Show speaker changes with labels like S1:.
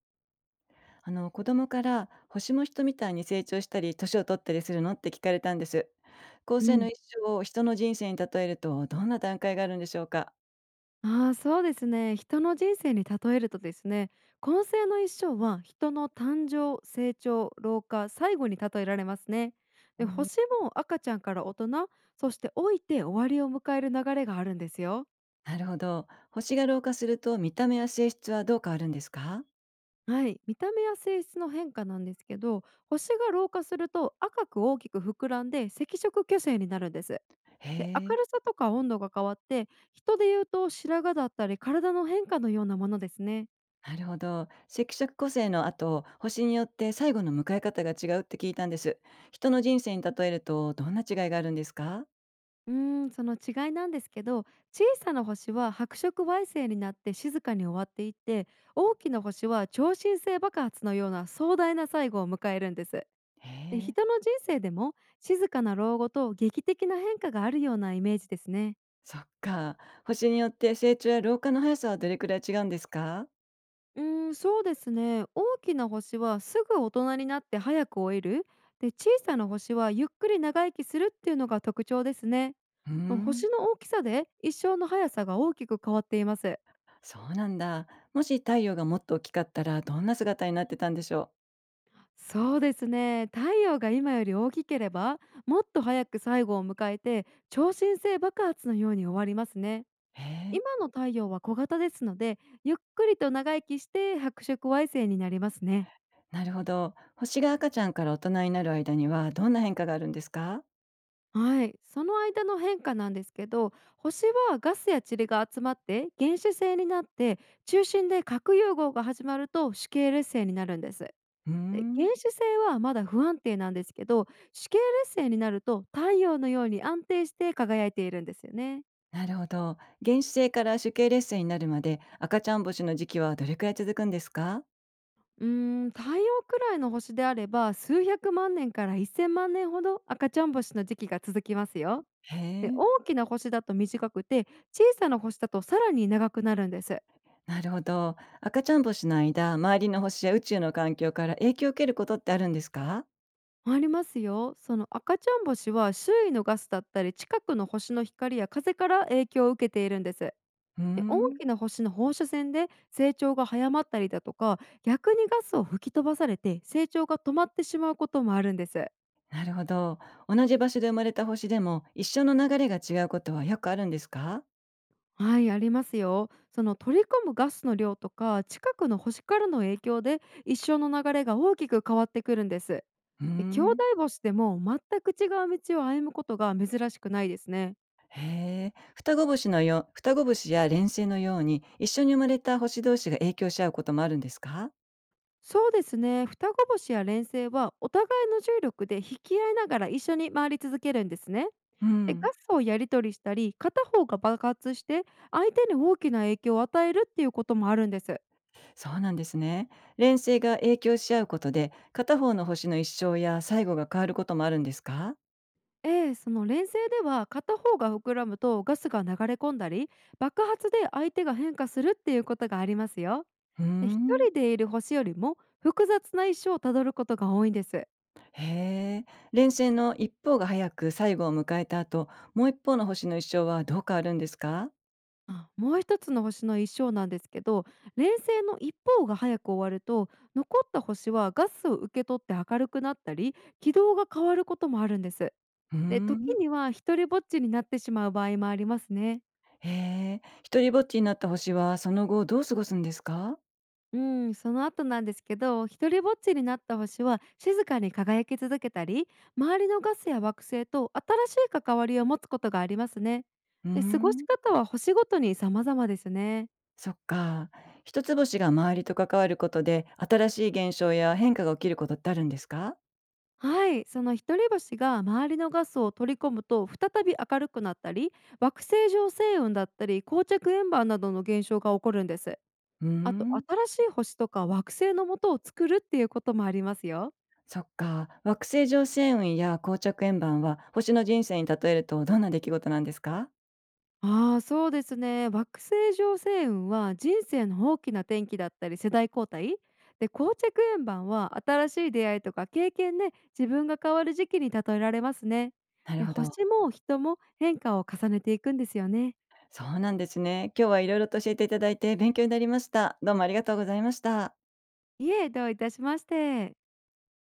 S1: 子供から、星も人みたいに成長したり年を取ったりするのって聞かれたんです。後
S2: う
S1: 世の
S2: ん。
S1: 一生を人の人生に例えると、どんな段階があるんでしょうか？
S2: ああ、そうですね。人の人生に例えるとですね、今世の一生は人の誕生、成長、老化、最後に例えられますね。
S1: う
S2: で、
S1: ん。
S2: 星も赤ちゃんから大人、そして老いて終わりを迎える流れがあるんですよ。
S1: なるほど、星が老化すると見た目や性質はどう変わるんですか？
S2: はい、見た目や性質の変化なんですけど、星が老化すると赤く大きく膨らんで赤色巨星になるんです。
S1: へ
S2: で、
S1: え。
S2: 明るさとか温度が変わって、人で言うと白髪だったり体の変化のようなものですね。
S1: なるほど、赤色個性の後、星によって最後の迎え方が違うって聞いたんです。人の人生に例えると、どんな違いがあるんですか？
S2: うーその違いなんですけど、小さな星は白色矮星になって静かに終わっていって、大きな星は超新星爆発のような壮大な最後を迎えるんです。
S1: へ
S2: で、
S1: え。
S2: 人の人生でも静かな老後と劇的な変化があるようなイメージですね。
S1: そっか。星によって成長や老化の速さはどれくらい違うんですか？
S2: そうですね。大きな星はすぐ大人になって早く老いる。で、小さな星はゆっくり長生きするっていうのが特徴ですね。
S1: うーん。
S2: 星の大きさで一生の速さが大きく変わっています。
S1: そうなんだ。もし太陽がもっと大きかったら、どんな姿になってたんでしょう。
S2: そうですね、太陽が今より大きければ、もっと早く最後を迎えて超新星爆発のように終わりますね。
S1: へえ、
S2: 今の太陽は小型ですので、ゆっくりと長生きして白色矮星になりますね。
S1: なるほど。星が赤ちゃんから大人になる間には、どんな変化があるんですか？
S2: はい、その間の変化なんですけど、星はガスや塵が集まって原始星になって、中心で核融合が始まると死形劣星になるんです。
S1: うー
S2: で、原
S1: ん、
S2: 始星はまだ不安定なんですけど、主系列星になると太陽のように安定して輝いているんですよね。
S1: なるほど。原始星から主系列星になるまで、赤ちゃん星の時期はどれくらい続くんですか？
S2: うー太陽くらいの星であれば数百万年から1000万年ほど赤ちゃん星の時期が続きますよ。
S1: へ
S2: で、
S1: え、
S2: 大きな星だと短くて、小さな星だとさらに長くなるんです。
S1: なるほど。赤ちゃん星の間、周りの星や宇宙の環境から影響を受けることってあるんですか？
S2: ありますよ。その赤ちゃん星は周囲のガスだったり近くの星の光や風から影響を受けているんです。で、
S1: うー
S2: 大
S1: ん、
S2: きな星の放射線で成長が早まったりだとか、逆にガスを吹き飛ばされて成長が止まってしまうこともあるんです。
S1: なるほど。同じ場所で生まれた星でも一緒の流れが違うことはよくあるんですか？
S2: はい、ありますよ。その取り込むガスの量とか、近くの星からの影響で一生の流れが大きく変わってくるんです。
S1: ふー
S2: で、兄弟
S1: ん。
S2: 星でも全く違う道を歩むことが珍しくないですね。
S1: へえ。双子星や連星のように、一緒に生まれた星同士が影響し合うこともあるんですか？
S2: そうですね、双子星や連星はお互いの重力で引き合いながら一緒に回り続けるんですね。
S1: う
S2: で、ガ
S1: ん、
S2: スをやり取りしたり、片方が爆発して相手に大きな影響を与えるっていうこともあるんです。
S1: そうなんですね。連星が影響し合うことで、片方の星の一生や最後が変わることもあるんですか？
S2: ええ、その連成では片方が膨らむとガスが流れ込んだり、爆発で相手が変化するっていうことがありますよ。
S1: うー
S2: で、一
S1: ん。
S2: 人でいる星よりも複雑な一生をたどることが多いんです。
S1: へえ。連星の一方が早く最後を迎えた後、もう一方の星の一生はどう変わるんですか？
S2: あ、もう一つの星の一生なんですけど、連星の一方が早く終わると、残った星はガスを受け取って明るくなったり、軌道が変わることもあるんです。
S1: うー
S2: で、時
S1: ん。
S2: には独りぼっちになってしまう場合もありますね。
S1: へえ。独ぼっちになった星は、その後どう過ごすんですか？
S2: うん、その後なんですけど、独りぼっちになった星は静かに輝き続けたり、周りのガスや惑星と新しい関わりを持つことがありますね。
S1: うー
S2: で、過ごし
S1: ん。
S2: 方は星ごとに様々ですね。
S1: そっか。一つ星が周りと関わることで、新しい現象や変化が起きることってあるんですか？
S2: はい、その独り星が周りのガスを取り込むと再び明るくなったり、惑星上星雲だったり、膠着円盤などの現象が起こるんです。
S1: うー
S2: あと、
S1: ん。
S2: 新しい星とか惑星の元を作るっていうこともありますよ。
S1: そっか。惑星上星雲や膠着円盤は、星の人生に例えるとどんな出来事なんですか？
S2: ああ、そうですね。惑星上星雲は人生の大きな転機だったり世代交代、で膠着円盤は新しい出会いとか経験で自分が変わる時期に例えられますね。
S1: なる
S2: で、
S1: ほど。
S2: 星も人も変化を重ねていくんですよね。
S1: そうなんですね。今日はいろいろと教えていただいて勉強になりました。どうもありがとうございました。
S2: いえ、どういたしまして。